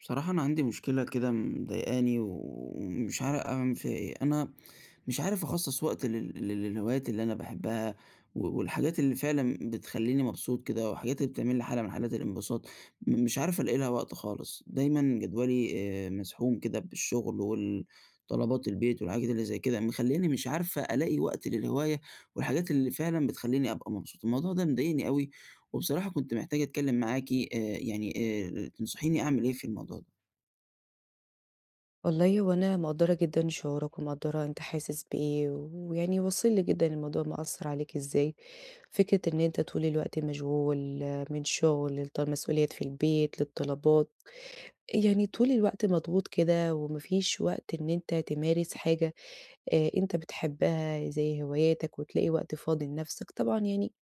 بصراحة أنا عندي مشكلة كده مضايقاني ومش عارف أعمل فيها إيه، أنا مش عارف أخصص وقت لل لل للهوايات اللي أنا باحبها و والحاجات اللي فعلًا بتخلّيني مبسوط كده والحاجات اللي بتعمل لي حالة من حالات الانبساط، مش عارف ألاقي لها وقت خالص، دايمًا جدولي مزحوم كده بالشغل طلبات البيت والحاجات اللي زي كده، مخلّياني مش عارفة ألاقي وقت للهواية والحاجات اللي فعلًا بتخلّيني أبقى مبسوط، الموضوع ده مضايقني أوي. وبصراحة كنت محتاج أتكلم معاكِ تنصحيني أعمل إيه في الموضوع ده. والله هو أنا مقدّرة جدًا شعورك، ومقدّرة أنت حاسس بإيه، ويعني واصل لي جدًا الموضوع مأثّر عليك إزاي، فكرة إن أنت طول الوقت مشغول آه، من شغل مسؤوليات في البيت، للطلبات، يعني طول الوقت مضغوط كده، وما فيش وقت إن أنت تمارس حاجة أنت بتحبها زي هواياتك، وتلاقي وقت فاضي لنفسك، طبعًا يعني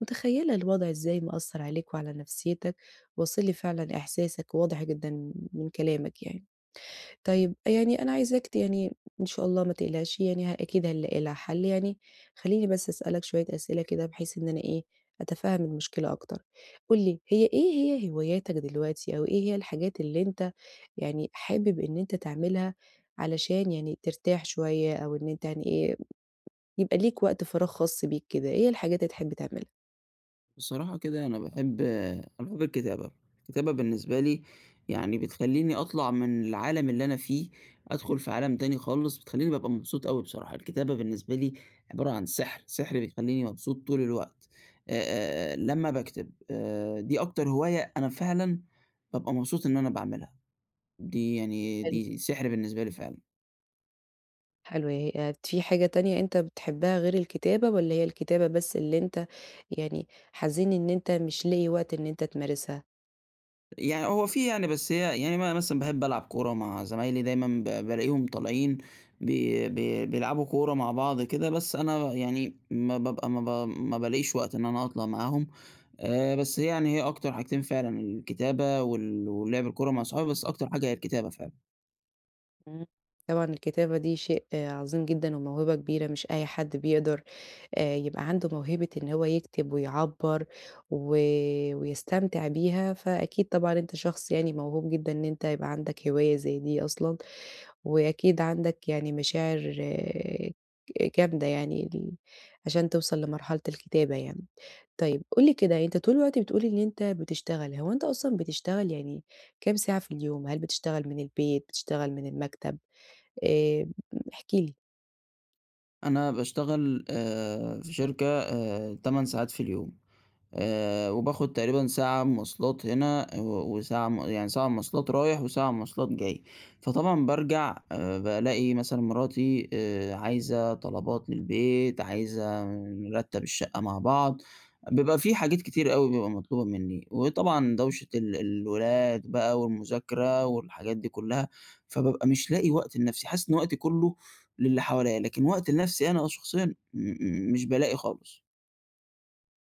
متخيّلة الوضع إزاي مأثّر عليك وعلى نفسيتك، واصل لي فعلًا إحساسك واضح جدًا من كلامك يعني. طيب، يعني أنا عايزاك يعني إن شاء الله ما تقلقش يعني أكيد هنلاقي لها حل يعني، خلّيني بس أسألك شوية أسئلة كده بحيث إن أنا إيه، أتفهم المشكلة أكتر. قُل لي هي إيه هي هواياتك دلوقتي، أو إيه هي الحاجات اللي أنت يعني حابب إن أنت تعملها علشان يعني ترتاح شوية، أو إن أنت يعني إيه، يبقى ليك وقت فراغ خاص بيك كده، إيه الحاجات اللي تحب تعملها؟ بصراحة كده أنا باحب الكتابة، الكتابة بالنسبة لي يعني بتخلّيني أطلع من العالم اللي أنا فيه، أدخل في عالم تاني خالص، بتخلّيني بابقى مبسوط أوي بصراحة، الكتابة بالنسبة لي عبارة عن سحر، سحر بيخلّيني مبسوط طول الوقت. آآ، لمّا باكتب دي أكتر هواية أنا فعلًا بابقى مبسوط إن أنا باعملها، دي سحر بالنسبة لي فعلًا. حلو في حاجة تانية أنت بتحبها غير الكتابة، والّا هي الكتابة بس اللي أنت يعني حزين إن أنت مش لاقي وقت إن أنت تمارسها؟ يعني هو في يعني بس هي يعني أنا مثلًا باحب ألعب كورة مع زمايلي، دايمًا بالاقيهم طالعين بي بي بيلعبوا كورة مع بعض كده، بس أنا يعني ما بابقى ما ب ما بالاقيش وقت إن أنا أطلع معاهم. بس هي هي أكتر حاجتين فعلًا: الكتابة ولعب الكورة مع صحابي، بس أكتر حاجة هي الكتابة فعلًا. إمم. طبعًا الكتابة دي شيء آه، عظيم جدًا وموهبة كبيرة، مش أي حد بيقدر يبقى عنده موهبة إن هو يكتب ويعبّر و ويستمتع بيها، فأكيد طبعًا أنت شخص يعني موهوب جدًا إن أنت يبقى عندك هواية زي دي أصلًا. وأكيد عندك يعني مشاعر جامدة يعني عشان توصل لمرحلة الكتابة يعني. طيب قُل لي كده أنت طول الوقت بتقول إن أنت بتشتغل، هو أنت أصلًا بتشتغل يعني كام ساعة في اليوم؟ هل بتشتغل من البيت، بتشتغل من المكتب؟ آآ احكِ لي. أنا باشتغل في شركة 8 ساعات في اليوم. وباخد تقريبًا ساعة مواصلات هنا وساعة يعني ساعة مواصلات رايح وساعة مواصلات جاي، فطبعًا بارجع بالاقي مثلًا مراتي عايزة طلبات للبيت، عايزة نرتّب الشقة مع بعض، بيبقى في حاجات كتير أوي بيبقى مطلوبة منّي، وطبعًا دوشة الولاد بقى والمذاكرة والحاجات دي كلّها، فبابقى مش لاقي وقت لنَفْسي، حاسس إن وقتي كلّه للي حواليّا، لكن وقت لنَفْسي أنا شخصيًا م م مش بالاقي خالص.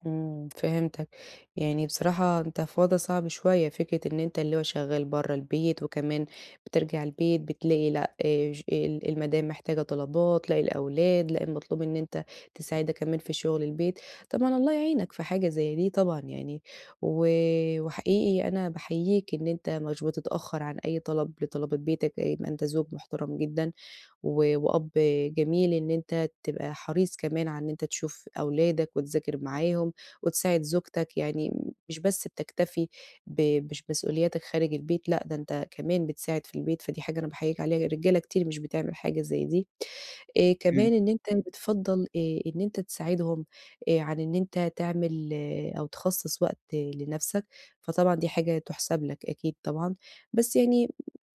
إمم، فهمتك، يعني بصراحة أنت في وضع صعب شوية، فكرة إن أنت اللي هو شغال برّه البيت، وكمان بترجع البيت بتلاقي لأ، ج ال المدام محتاجة طلبات، لأ الأولاد، لأ المطلوب إن أنت تساعدها كمان في شغل البيت، طبعًا الله يعينك في حاجة زي دي طبعًا يعني، و وحقيقي أنا باحييك إن أنت مش بتتأخر عن أي طلب لطلبات بيتك، إيه، ما أنت زوج محترم جدًا. و وأب جميل إن أنت تبقى حريص كمان على إن أنت تشوف أولادك وتذاكر معاهم وتساعد زوجتك، يعني مش بس بتكتفي ب بش مسؤولياتك خارج البيت، لأ ده أنت كمان بتساعد في البيت، فدي حاجة أنا باحييك عليها، الرجالة كتير مش بتعمل حاجة زي دي. كمان إمم. إن أنت بتفضّل إن أنت تساعدهم عن إن أنت تعمل أو تخصّص وقت لنَفْسك، فطبعًا دي حاجة تُحسَب لك أكيد طبعًا، بس يعني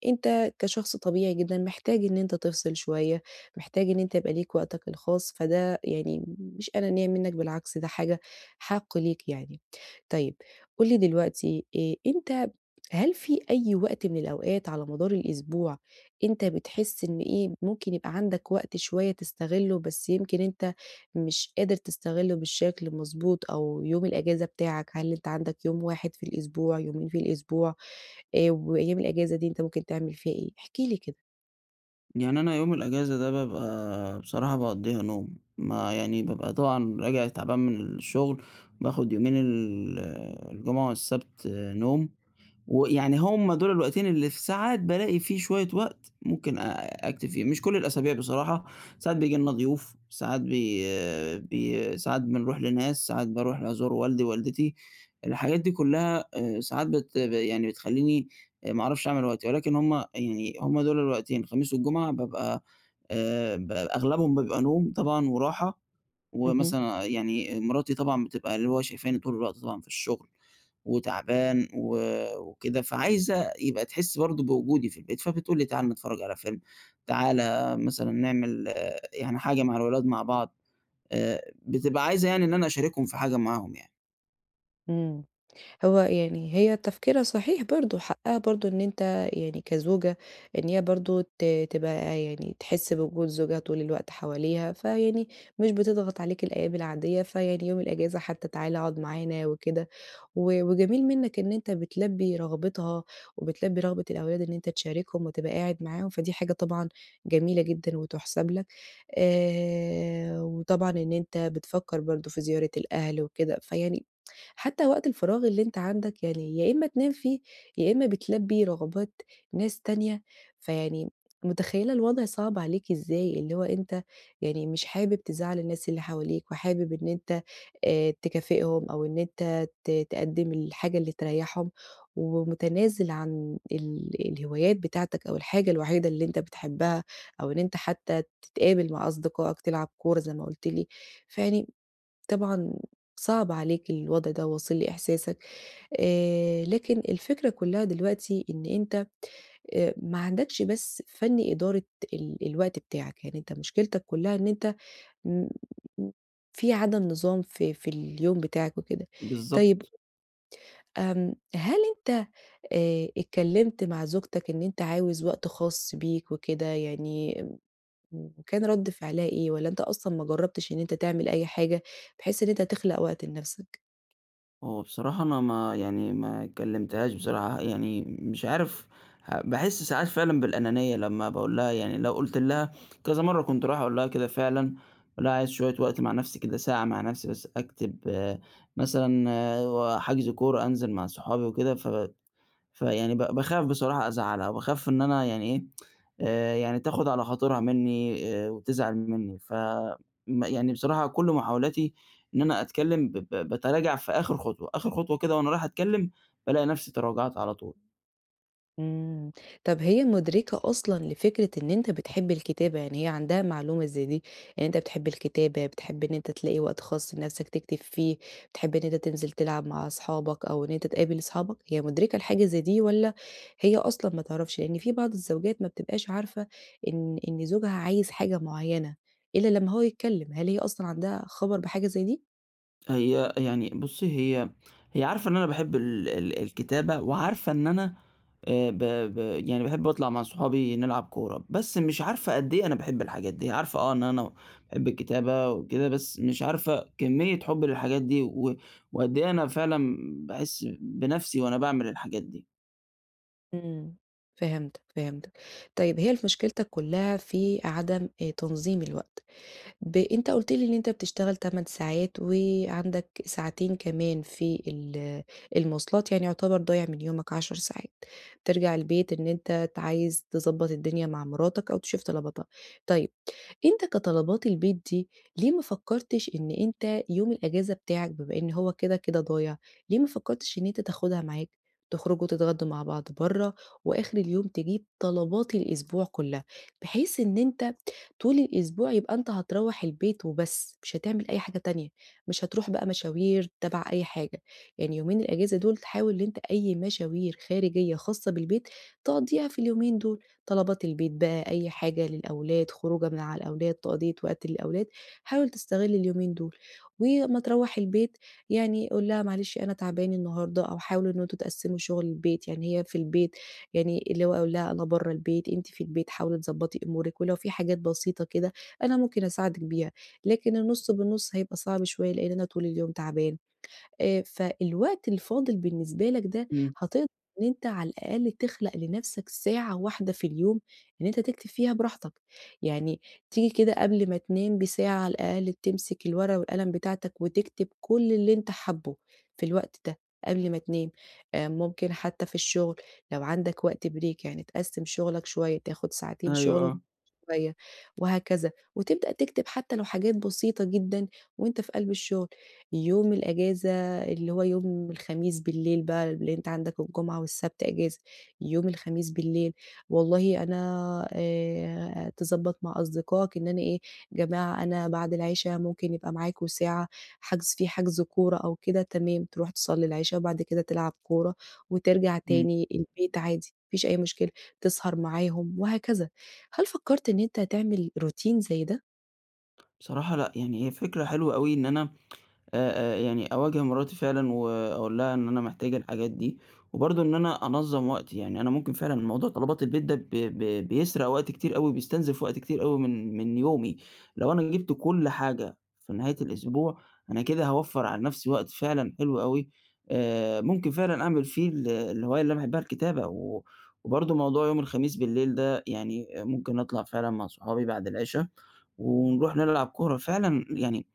أنت كشخص طبيعي جدًا محتاج إن أنت تفصِل شوية، محتاج إن أنت يبقى ليك وقتك الخاص، فده يعني مش أنانية منّك بالعكس ده حاجة حَق ليك يعني. طيب قُل لي دلوقتي أنت هل في أي وقت من الأوقات على مدار الأسبوع أنت بتحس إن إيه، ممكن يبقى عندك وقت شوية تستغلّه، بس يمكن أنت مش قادر تستغلّه بالشكل المضبوط، أو يوم الأجازة بتاعك، هل أنت عندك يوم واحد في الأسبوع، يومين في الأسبوع، وأيام الأجازة دي أنت ممكن تعمل فيها إيه؟ احكِ لي كده. يعني أنا يوم الأجازة ده بابقى بصراحة باقضّيها نوم، ما يعني بابقى طبعًا راجع تعبان من الشغل، باخد يومين الجمعة والسبت نوم، ويعني هم دول الوقتين اللي في ساعات بالاقي فيه شوية وقت ممكن أكتب فيهم، مش كل الأسابيع بصراحة، ساعات بييجي لنا ضيوف، ساعات بي بي ساعات بنروح لناس، ساعات باروح أزور والدي، والدتي، الحاجات دي كلّها ساعات يعني بتخلّيني ما أعرفش أعمل وقتي، ولكن هم دول الوقتين الخميس والجمعة بابقى ب أغلبهم بيبقى نوم طبعًا وراحة، اهم. ومثلًا يعني مراتي طبعًا بتبقى اللي هو شايفاني طول الوقت طبعًا في الشغل وتعبان وكده، فعايزة يبقى تحس برضه بوجودي في البيت، فبتقول لي: "تعالَ نتفرّج على فيلم، تعالَ مثلًا نعمل آه، يعني حاجة مع الولاد مع بعض." بتبقى عايزة يعني إن أنا أشاركهم في حاجة معاهم يعني. إمم. هو يعني هي تفكيرها صحيح برضه، حقها برضه إن أنت يعني كزوجة إن هي برضه تبقى يعني تحس بوجود زوجها طول الوقت حواليها، فيعني مش بتضغط عليك الأيام العادية، فيعني يوم الإجازة حتى تعالَ اقعد معانا وكده. و وجميل منّك إن أنت بتلبّي رغبتها، وبتلبّي رغبة الأولاد إن أنت تشاركهم وتبقى قاعد معاهم، فدي حاجة طبعًا جميلة جدًا وتُحسَب لك. وطبعًا إن أنت بتفكّر برضه في زيارة الأهل وكده، فيعني حتّى وقت الفراغ اللي أنت عندك يعني يا إمّا تنام فيه، يا إمّا بتلبّي رغبات ناس تانية، فيعني متخيّلة الوضع صعب عليك إزاي، اللي هو أنت يعني مش حابب تزعّل الناس اللي حواليك وحابب إن أنت تكافئهم أو إن أنت تقدّم الحاجة اللي تريّحهم، ومتنازل عن الهوايات بتاعتك أو الحاجة الوحيدة اللي أنت بتحبها، أو إن أنت حتى تتقابل مع أصدقائك تلعب كورة زي ما قُلت لي، فيعني طبعًا صعب عليك الوضع ده واصل لي إحساسك، لكن الفكرة كلّها دلوقتي إن أنت ما عندكش بس فَن إدارة الوقت بتاعك، يعني أنت مشكلتك كلّها إن أنت م في عدم نظام في اليوم بتاعك وكده. طيب بالضبط. هل أنت اتكلمت مع زوجتك إن أنت عاوز وقت خاص بيك وكده يعني وكان رد فعلها إيه؟ والّا أنت أصلًا ما جربتش إن أنت تعمل أي حاجة بحيث إن أنت تخلق وقت لنفسك؟ هو بصراحة أنا ما كلمتهاش بصراحة، يعني مش عارف، باحس ساعات فعلًا بالأنانية لمّا باقول لها، يعني لو قُلت لها كذا مرّة كنت رايح أقول لها كده فعلًا، أقول لها عايز شوية وقت مع نَفْسي كده، ساعة مع نَفْسي بس أكتب آه، مثلًا آه، حجز كورة أنزل مع صحابي وكده. فيعني باخاف بصراحة أزعّلها، باخاف إن أنا يعني إيه، يعني تاخُد على خاطرها منّي وتزعل منّي، ف يعني بصراحة كل محاولاتي إن أنا أتكلّم ب ب باتراجع في آخِر خطوة، آخِر خطوة كده وأنا رايح أتكلّم بالاقي نَفْسي تراجعت على طول. إمم. طب هي مُدركة أصلًا لفكرة إن أنت بتحب الكتابة، يعني هي عندها معلومة زي دي، إن أنت بتحب الكتابة، بتحب إن أنت تلاقي وقت خاص لنَفْسك تكتب فيه، بتحب إن أنت تنزل تلعب مع أصحابك أو إن أنت تقابل أصحابك، هي مُدركة لحاجة زي دي والّا هي أصلًا ما تعرفش؟ لإن في بعض الزوجات ما بتبقاش عارفة إن زوجها عايز حاجة معيّنة إلّا لمّا هو يتكلّم، هل هي أصلًا عندها خبر بحاجة زي دي؟ هي يعني بُصّي، هي هي عارفة إن أنا باحب ال ال الكتابة وعارفة إن أنا ب ب يعني باحب أطلع مع صحابي نلعب كورة، بس مش عارفة قد إيه أنا باحب الحاجات دي، هي عارفة آه إن أنا باحب الكتابة وكده، بس مش عارفة كمية حُبّي للحاجات دي وقد إيه أنا فعلًا باحس بنَفْسي وأنا باعمل الحاجات دي. إمم. فهمتك، فهمتك. طيب هي مشكلتك كُلّها في عدم تنظيم الوقت. أنت قُلت لي إن أنت بتشتغل 8 ساعات وعندك ساعتين كمان في المواصلات، يعني يعتبر ضايع من يومك 10 ساعات. بترجع البيت إن أنت عايز تضبّط الدنيا مع مراتك أو تشوف طلباتها. طيب أنت كطلبات البيت دي، ليه ما فكّرتش إن أنت يوم الأجازة بتاعك بما إن هو كده، كده ضايع، ليه ما فكّرتش إن أنت تاخدها معاك، تخرجوا تتغدوا مع بعض برّه وآخر اليوم تجيب طلبات الأسبوع كلّها، بحيث إن أنت طول الأسبوع يبقى أنت هتروّح البيت وبس، مش هتعمل أي حاجة تانية، مش هتروح بقى مشاوير تبع أي حاجة، يعني يومين الأجازة دول تحاول إن أنت أي مشاوير خارجية خاصة بالبيت تقضّيها في اليومين دول. طلبات البيت بقى، أي حاجة للأولاد، خروجة مع الأولاد، تقضية وقت للأولاد، حاول تستغل اليومين دول، وأمّا تروّح البيت يعني قُل لها معلش أنا تعبان النهارده أو حاولوا إن أنتم تقسّموا شغل البيت، يعني هي في البيت يعني اللي هو قُل لها أنا برّه البيت، أنتِ في البيت حاولي تضبّطي أمورِك، ولو في حاجات بسيطة كده أنا ممكن أساعدِك بيها، لكن النُص بالنُص هيبقى صعب شوية لإن أنا طول اليوم تعبان. فالوقت الفاضل بالنسبة لك ده إمم. هتقدر إن أنت على الأقل تخلق لنَفْسك ساعة واحدة في اليوم إن أنت تكتب فيها براحتك، يعني تيجي كده قبل ما تنام بساعة على الأقل تمسك الورقة والقلم بتاعتك وتكتب كل اللي أنت حابّه في الوقت ده قبل ما تنام، ممكن حتى في الشغل لو عندك وقت break يعني تقسّم شغلك شوية، تاخد ساعتين أيوه، شغل آه. شوية، وهكذا، وتبدأ تكتب حتى لو حاجات بسيطة جدًا وأنت في قلب الشغل، يوم الأجازة اللي هو يوم الخميس بالليل بقى لأن أنت عندك الجمعة والسبت أجازة، يوم الخميس بالليل والله أنا تضبّط مع أصدقائك إن أنا إيه، جماعة أنا بعد العِشا ممكن يبقى معاكم ساعة حجز كورة أو كده تمام، تروح تصلّي العِشا وبعد كده تلعب كورة وترجع إمم. تاني البيت عادي، ما فيش أي مشكلة، تسهر معاهم وهكذا. هل فكرت إن أنت تعمل روتين زي ده بصراحة لأ، يعني هي فكرة حلوة أوي إن أنا يعني أواجه مراتي فعلًا وأقول لها إن أنا محتاج الحاجات دي، وبرضه إن أنا أنظّم وقتي، يعني أنا ممكن فعلًا موضوع طلبات البيت ده ب ب بيسرق وقت كتير أوي، بيستنزف وقت كتير أوي من يومي، لو أنا جِبت كل حاجة في نهاية الأسبوع، أنا كده هاوفّر على نفسي وقت فعلًا حلو أوي، ممكن فعلًا أعمل فيه الهواية اللي أنا باحبها الكتابة، وبرضه موضوع يوم الخميس بالليل ده يعني ممكن أطلع فعلًا مع صحابي بعد العشا، ونروح نلعب كورة، فعلًا يعني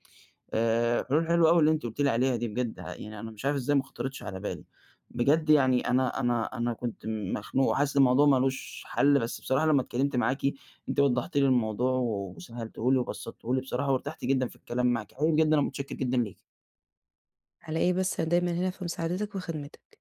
حلول حلوة أوي اللي أنتِ قُلتِ لي عليها دي بجد، يعني أنا مش عارف إزاي ما خطرِتش على بالي، بجد يعني أنا كنت مخنوق وحاسس إن الموضوع ما لوش حل، بس بصراحة لمّا اتكلمت معاكِ أنتِ وضّحتِ لي الموضوع وسهّلتيه لي وبسطتيه لي بصراحة وارتحت جدًا في الكلام معاكِ، حقيقي بجد أنا متشكر جدًا ليكِ. على إيه بس دايمًا هنا فمساعدتك وخدمتك؟